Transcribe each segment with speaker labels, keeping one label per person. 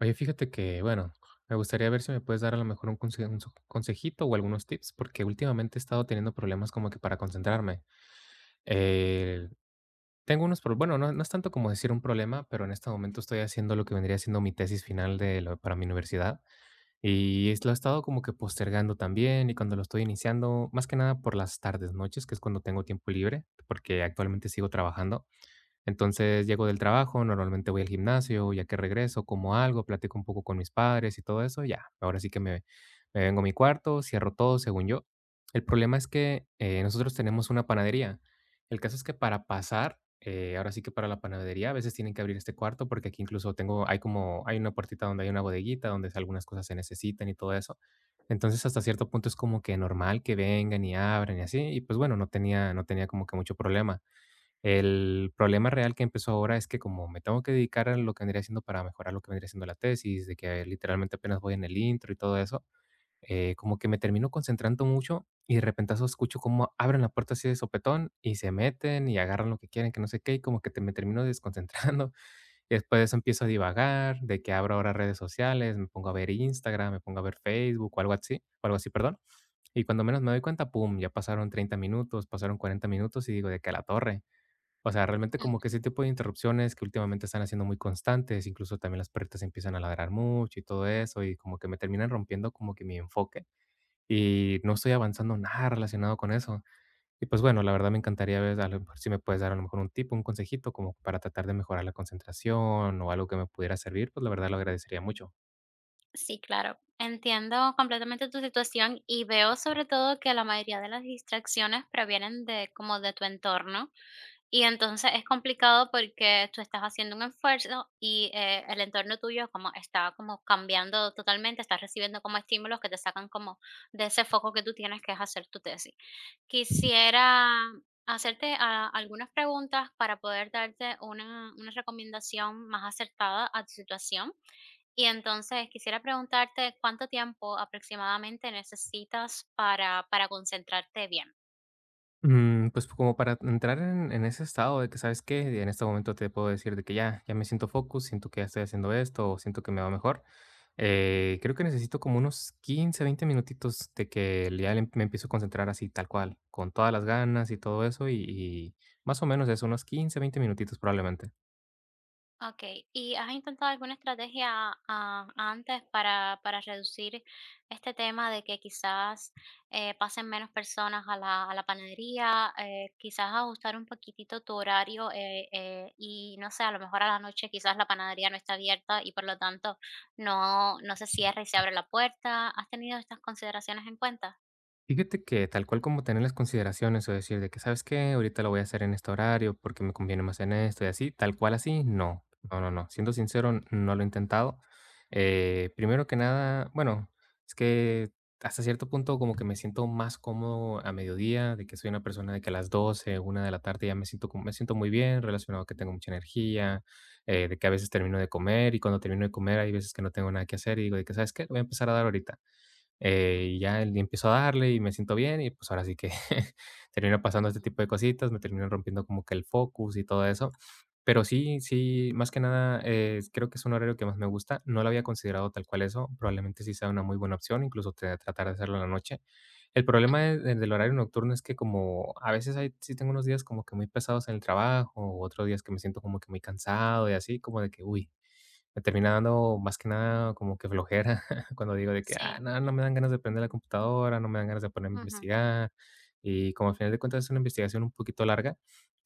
Speaker 1: Oye, fíjate que, bueno, me gustaría ver si me puedes dar a lo mejor un consejito o algunos tips, porque últimamente he estado teniendo problemas como que para concentrarme. Eh, tengo unos problemas, bueno, no, no es tanto como decir un problema, pero en este momento estoy haciendo lo que vendría siendo mi tesis final para mi universidad y lo he estado como que postergando también y cuando lo estoy iniciando, más que nada por las tardes, noches, que es cuando tengo tiempo libre, porque actualmente sigo trabajando. Entonces, llego del trabajo, normalmente voy al gimnasio, ya que regreso, como algo, platico un poco con mis padres y todo eso, ya. Ahora sí que me vengo a mi cuarto, cierro todo, según yo. El problema es que, nosotros tenemos una panadería. El caso es que para pasar, ahora sí que para la panadería, a veces tienen que abrir este cuarto, porque aquí incluso tengo hay como hay una puertita donde hay una bodeguita, donde algunas cosas se necesitan y todo eso. Entonces, hasta cierto punto es como que normal que vengan y abran y así, y pues, bueno, no tenía como que mucho problema. El problema real que empezó ahora es que como me tengo que dedicar a lo que vendría siendo para mejorar lo que vendría siendo la tesis, de que literalmente apenas voy en el intro y todo eso, como que me termino concentrando mucho y de repentazo escucho cómo abren la puerta así de sopetón y se meten y agarran lo que quieren, que no sé qué, y me termino desconcentrando. Y después de eso empiezo a divagar, de que abro ahora redes sociales, me pongo a ver Instagram, me pongo a ver Facebook o algo así, perdón. Y cuando menos me doy cuenta, pum, ya pasaron 30 minutos, pasaron 40 minutos y digo de que a la torre. O sea, realmente como que ese tipo de interrupciones que últimamente están haciendo muy constantes, incluso también las perritas empiezan a ladrar mucho y todo eso, y como que me terminan rompiendo como que mi enfoque y no estoy avanzando nada relacionado con eso. Y pues bueno, la verdad me encantaría ver a lo mejor si me puedes dar a lo mejor un tip, un consejito como para tratar de mejorar la concentración o algo que me pudiera servir, pues la verdad lo agradecería mucho.
Speaker 2: Sí, claro. Entiendo completamente tu situación y veo sobre todo que la mayoría de las distracciones provienen de como de tu entorno y entonces es complicado porque tú estás haciendo un esfuerzo y el entorno tuyo como está como cambiando totalmente, estás recibiendo como estímulos que te sacan como de ese foco que tú tienes que es hacer tu tesis. Quisiera hacerte algunas preguntas para poder darte una recomendación más acertada a tu situación. Y entonces quisiera preguntarte cuánto tiempo aproximadamente necesitas para concentrarte bien.
Speaker 1: Mm, pues, como para entrar en ese estado de que, ¿sabes que En este momento te puedo decir de que ya me siento focus, siento que ya estoy haciendo esto, o siento que me va mejor. Creo que necesito como unos 15 20 minutitos de que ya le me empiezo a concentrar así tal cual, con todas las ganas y todo eso, y más o menos es unos 15 20 minutitos probablemente.
Speaker 2: Okey, ¿y has intentado alguna estrategia, antes para reducir este tema de que quizás, pasen menos personas a la panadería? Quizás ajustar un poquitito tu horario, y no sé, a lo mejor a la noche quizás la panadería no está abierta y por lo tanto no se cierra y se abre la puerta. ¿Has tenido estas consideraciones en cuenta?
Speaker 1: Fíjate que tal cual como tener las consideraciones o decir de que, ¿sabes qué? Ahorita lo voy a hacer en este horario porque me conviene más en esto y así, tal cual así, no, no, no, no. Siendo sincero, no lo he intentado. Primero que nada, bueno, es que hasta cierto punto como que me siento más cómodo a mediodía, de que soy una persona de que a las 12, una de la tarde ya me siento, me siento muy bien, relacionado a que tengo mucha energía, de que a veces termino de comer y cuando termino de comer hay veces que no tengo nada que hacer y digo de que, ¿sabes qué? Lo voy a empezar a dar ahorita, y ya el empiezo a darle y me siento bien y pues ahora sí que termina pasando este
Speaker 2: Ujú,
Speaker 1: tipo de cositas, me terminan rompiendo como que el focus y todo eso. Pero sí, sí, más que nada, creo que es un horario que más me gusta. No lo había considerado tal cual eso. Probablemente sí sea una muy buena opción, incluso tratar de hacerlo en la noche. El problema
Speaker 2: ujú,
Speaker 1: del horario nocturno es que como a veces hay, sí tengo unos días como que muy pesados en el trabajo, otros días que me siento como que muy cansado y así, como de que, uy, me termina dando más que nada como que flojera cuando digo de que: "Ah,
Speaker 2: sí,
Speaker 1: no, no me dan ganas de prender la computadora, no me dan ganas de ponerme a
Speaker 2: ujú,
Speaker 1: investigar". Y como al final de cuentas es una investigación un poquito larga,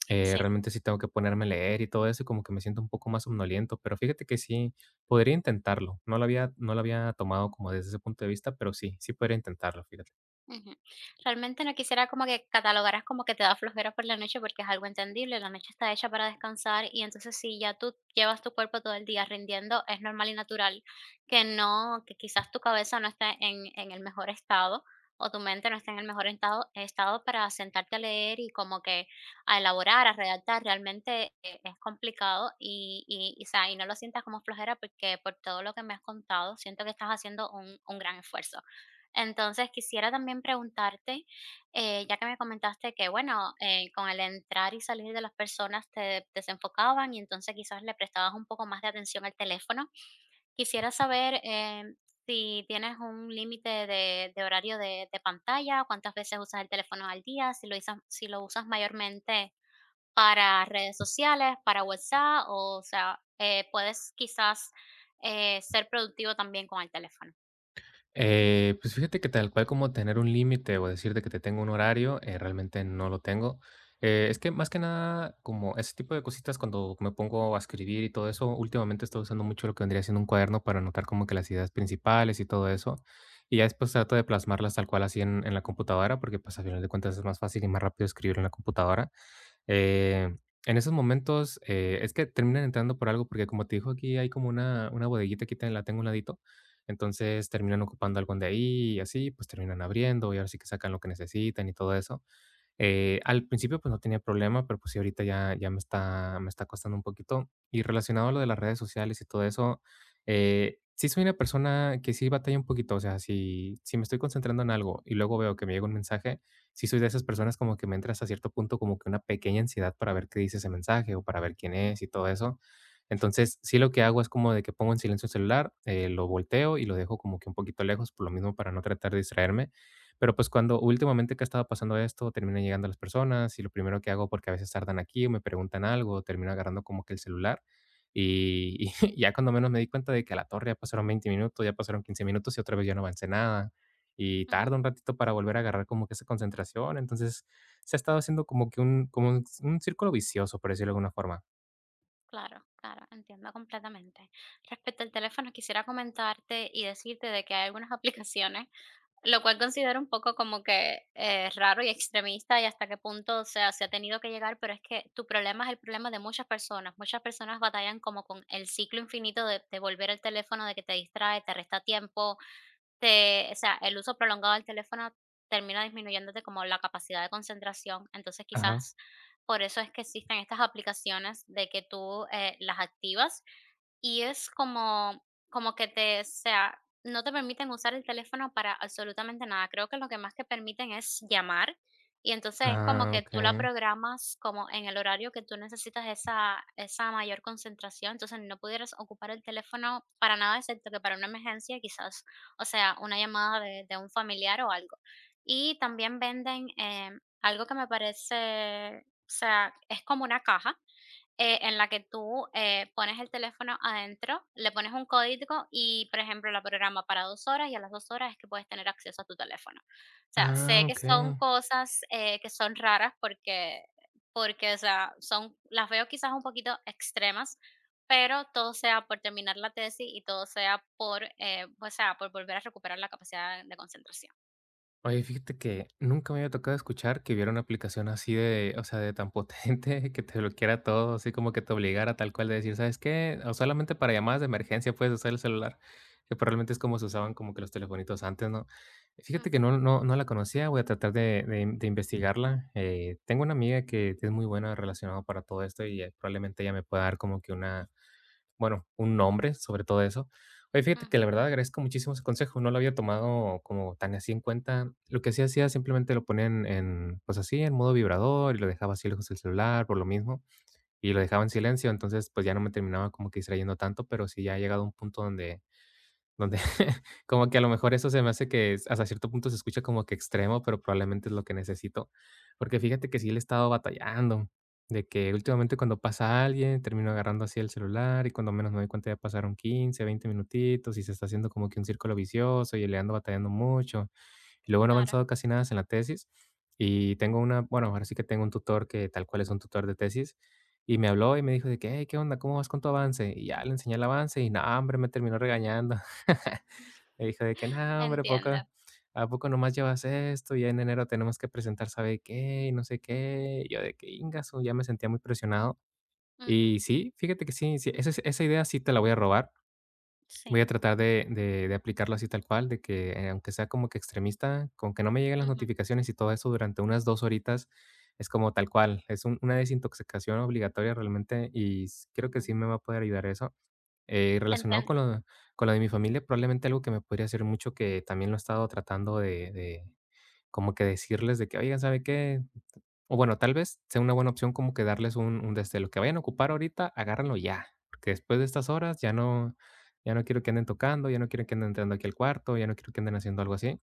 Speaker 2: sí.
Speaker 1: realmente sí tengo que ponerme a leer y todo eso, y como que me siento un poco más somnoliento. Pero fíjate que sí, podría intentarlo. No lo había tomado como desde ese punto de vista, pero sí, sí podría intentarlo, fíjate.
Speaker 2: Ujú. Realmente no quisiera como que catalogaras como que te da flojera por la noche porque es algo entendible, la noche está hecha para descansar y entonces si ya tú llevas tu cuerpo todo el día rindiendo, es normal y natural que no, que quizás tu cabeza no esté en el mejor estado o tu mente no esté en el mejor estado para sentarte a leer y como que a elaborar, a redactar, realmente es complicado y, o sea, y no lo sientas como flojera porque por todo lo que me has contado, siento que estás haciendo un gran esfuerzo. Entonces, quisiera también preguntarte, ya que me comentaste que, bueno, con el entrar y salir de las personas te desenfocaban y entonces quizás le prestabas un poco más de atención al teléfono. Quisiera saber si tienes un límite de horario de pantalla, cuántas veces usas el teléfono al día, si lo usas, si lo usas mayormente para redes sociales, para WhatsApp, o, sea, puedes quizás ser productivo también con el teléfono.
Speaker 1: Pues fíjate que tal cual como tener un límite o decirte que te tengo un horario, realmente no lo tengo. Es que más que nada, como ese tipo de cositas, cuando me pongo a escribir y todo eso, últimamente estoy usando mucho lo que vendría siendo un cuaderno para anotar como que las ideas principales y todo eso. Y ya después trato de plasmarlas tal cual así en la computadora, porque pues al final de cuentas es más fácil y más rápido escribir en la computadora. Eh, en esos momentos, es que terminan entrando por algo, porque como te dijo, aquí hay como una bodeguita que la tengo a un ladito. Entonces terminan ocupando algo de ahí y así, pues terminan abriendo y ahora sí que sacan lo que necesitan y todo eso. Al principio, pues, no tenía problema, pero, pues, sí, ahorita ya me está costando un poquito. Y relacionado a lo de las redes sociales y todo eso, sí soy una persona que sí batalla un poquito, o sea, si me estoy concentrando en algo y luego veo que me llega un mensaje, sí soy de esas personas como que me entra hasta cierto punto como que una pequeña ansiedad para ver qué dice ese mensaje o para ver quién es y todo eso. Entonces, sí lo que hago es como de que pongo en silencio el celular, lo volteo y lo dejo como que un poquito lejos, por lo mismo para no tratar de distraerme. Pero, pues, cuando últimamente que ha estado pasando esto, terminan llegando las personas, y lo primero que hago, porque a veces tardan aquí, o me preguntan algo, termino agarrando como que el celular, y y ya cuando menos me di cuenta de que a la torre ya pasaron 20 minutos, ya pasaron 15 minutos, y otra vez ya no avancé nada, y tarda un ratito para volver a agarrar como que esa concentración. Entonces, se ha estado haciendo como que un como un círculo vicioso, por decirlo de alguna forma.
Speaker 2: Claro, claro, entiendo completamente. Respecto al teléfono, quisiera comentarte y decirte de que hay algunas aplicaciones, lo cual considero un poco como que raro y extremista y hasta qué punto, o sea, se ha tenido que llegar, pero es que tu problema es el problema de muchas personas. Muchas personas batallan como con el ciclo infinito de volver al teléfono, de que te distrae, te resta tiempo, te o sea, el uso prolongado del teléfono termina disminuyéndote como la capacidad de concentración. Entonces,
Speaker 1: Ajá.
Speaker 2: quizás por eso es que existen estas aplicaciones de que tú, las activas y es como como que te o sea, no te permiten usar el teléfono para absolutamente nada. Creo que lo que más que permiten es llamar, y entonces es como
Speaker 1: Ah,
Speaker 2: que tú la
Speaker 1: okey.
Speaker 2: programas como en el horario que tú necesitas esa mayor concentración, entonces no pudieras ocupar el teléfono para nada, excepto que para una emergencia, quizás, o sea, una llamada de un familiar o algo. Y también venden, algo que me parece, o sea, es como una caja en la que tú, pones el teléfono adentro, le pones un código y, por ejemplo, la programa para 2 horas y a las 2 horas es que puedes tener acceso a tu teléfono. O sea, sé
Speaker 1: Ah,
Speaker 2: que son
Speaker 1: okey.
Speaker 2: cosas, que son raras porque, o sea, son las veo quizás un poquito extremas, pero todo sea por terminar la tesis y todo sea por, o sea, por volver a recuperar la capacidad de concentración.
Speaker 1: Oye, fíjate que nunca me había tocado escuchar que hubiera una aplicación así de, o sea, de tan potente que te bloqueara todo, así como que te obligara tal cual de decir, ¿sabes qué? O solamente para llamadas de emergencia puedes usar el celular, que probablemente es como se usaban como que los telefonitos antes, ¿no? Fíjate que
Speaker 2: Ujú,
Speaker 1: no, no, no la conocía, voy a tratar de, de investigarla. Tengo una amiga que es muy buena relacionada para todo esto y probablemente ella me pueda dar como que una bueno, un nombre sobre todo eso. Oye, fíjate que
Speaker 2: ujú,
Speaker 1: la verdad agradezco muchísimo ese consejo, no lo había tomado como tan así en cuenta. Lo que sí hacía, simplemente lo ponía pues así, en modo vibrador y lo dejaba así lejos del celular por lo mismo, y lo
Speaker 2: ujú,
Speaker 1: dejaba en silencio, entonces, pues, ya no me terminaba como que distrayendo tanto, pero sí ya ha llegado a un punto donde donde como que a lo mejor eso se me hace que es hasta cierto punto se escucha como que extremo, pero probablemente es lo que necesito. Porque fíjate que sí le he estado batallando, de que últimamente
Speaker 2: ujú,
Speaker 1: cuando pasa alguien, termino agarrando así el celular y cuando menos me doy cuenta ya pasaron 15 20 minutitos y se está haciendo como que un círculo vicioso y le ando batallando mucho. Y luego no he
Speaker 2: claro.
Speaker 1: avanzado casi nada en la tesis y tengo una bueno, ahora sí que tengo un tutor que tal cual es un tutor de tesis, y me habló y me dijo de que: "Hey, ¿qué onda? ¿Cómo vas con tu avance?". Y ya le enseñé el avance y no, hombre, me terminó regañando. Me dijo de que: "No, hombre,
Speaker 2: Entiendo.
Speaker 1: a poco nomás llevas esto? Ya en enero tenemos que presentar sabe qué y no sé qué". Y yo de que: ingaso ya me sentía muy presionado.
Speaker 2: Ujú,
Speaker 1: Y sí, fíjate que sí, sí, esa idea sí te la voy a robar. Voy
Speaker 2: sí.
Speaker 1: a tratar de aplicarlo así tal cual, de que, aunque sea como que extremista, con que no me lleguen las notificaciones y todo eso durante unas 2 horitas, es como tal cual, es un una desintoxicación obligatoria realmente, y s creo que
Speaker 2: Ujú.
Speaker 1: sí me va a poder ayudar eso. Relacionado
Speaker 2: Enten
Speaker 1: con lo de mi familia, probablemente algo que me podría hacer mucho, que también lo he estado tratando de como que decirles de que: "Oigan, ¿sabe qué? O bueno, tal vez sea una buena opción como que darles un desde lo que vayan a ocupar ahorita, agárrenlo ya, porque después de estas horas ya no quiero que anden tocando, ya no quiero que anden entrando aquí al cuarto, ya no quiero que anden haciendo algo así.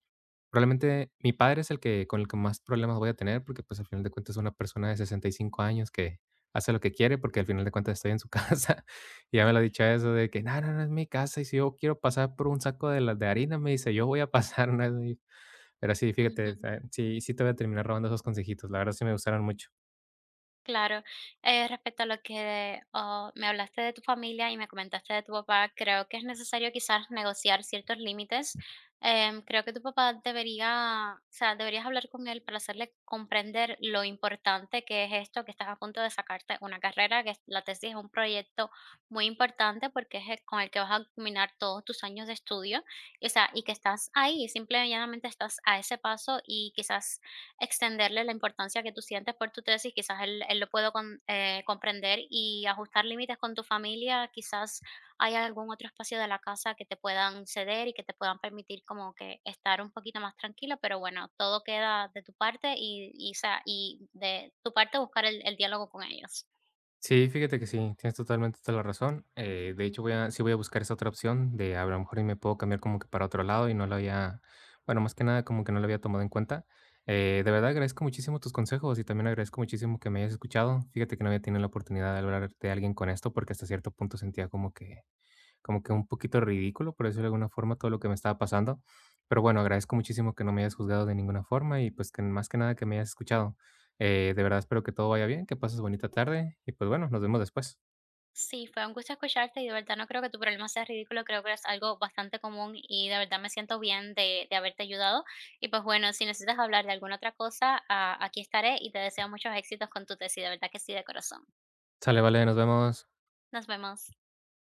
Speaker 1: Probablemente mi padre es el que con el que más problemas voy a tener, porque, pues, al final de cuentas es una persona de 65 años que hace lo que quiere, porque al final de cuentas estoy en su casa, y ya me lo ha dicho eso de que: "No, no, no, es mi casa, y si yo quiero pasar por un saco de harina", me dice, "yo voy a pasar", ¿no? Y pero sí, fíjate,
Speaker 2: ujú,
Speaker 1: o sí te voy a terminar robando esos consejitos, la verdad sí me gustaron mucho.
Speaker 2: claro. Respecto a lo que, me hablaste de tu familia y me comentaste de tu papá, creo que es necesario quizás negociar ciertos límites. Creo que tu papá debería, o sea, deberías hablar con él para hacerle comprender lo importante que es esto, que estás a punto de sacarte una carrera, la tesis es un proyecto muy importante porque con el que vas a culminar todos tus años de estudio, y, o sea, y que estás ahí, simplemente estás a ese paso y quizás extenderle la importancia que tú sientes por tu tesis, quizás él lo puedo comprender y ajustar límites con tu familia, quizás hay algún otro espacio de la casa que te puedan ceder y que te puedan permitir como que estar un poquito más tranquilo. Pero bueno, todo queda de tu parte y, o sea, y de tu parte buscar el diálogo con ellos.
Speaker 1: Sí, fíjate que sí, tienes totalmente toda la razón. De hecho, voy a, sí voy a buscar esa otra opción de a lo mejor y me puedo cambiar como que para otro lado y no lo había, bueno, más que nada como que no lo había tomado en cuenta. De verdad agradezco muchísimo tus consejos y también agradezco muchísimo que me hayas escuchado. Fíjate que no había tenido la oportunidad de hablar de alguien con esto porque hasta cierto punto sentía como que un poquito ridículo, por decirlo de alguna forma, todo lo que me estaba pasando. Pero bueno, agradezco muchísimo que no me hayas juzgado de ninguna forma y pues que más que nada que me hayas escuchado. De verdad espero que todo vaya bien, que pases bonita tarde y pues bueno, nos vemos después.
Speaker 2: Sí, fue un gusto escucharte y de verdad no creo que tu problema sea ridículo, creo que es algo bastante común y de verdad me siento bien de haberte ayudado. Y pues bueno, si necesitas hablar de alguna otra cosa, aquí estaré y te deseo muchos éxitos con tu tesis, de verdad que sí, de corazón.
Speaker 1: Sale, vale, nos vemos.
Speaker 2: Nos vemos.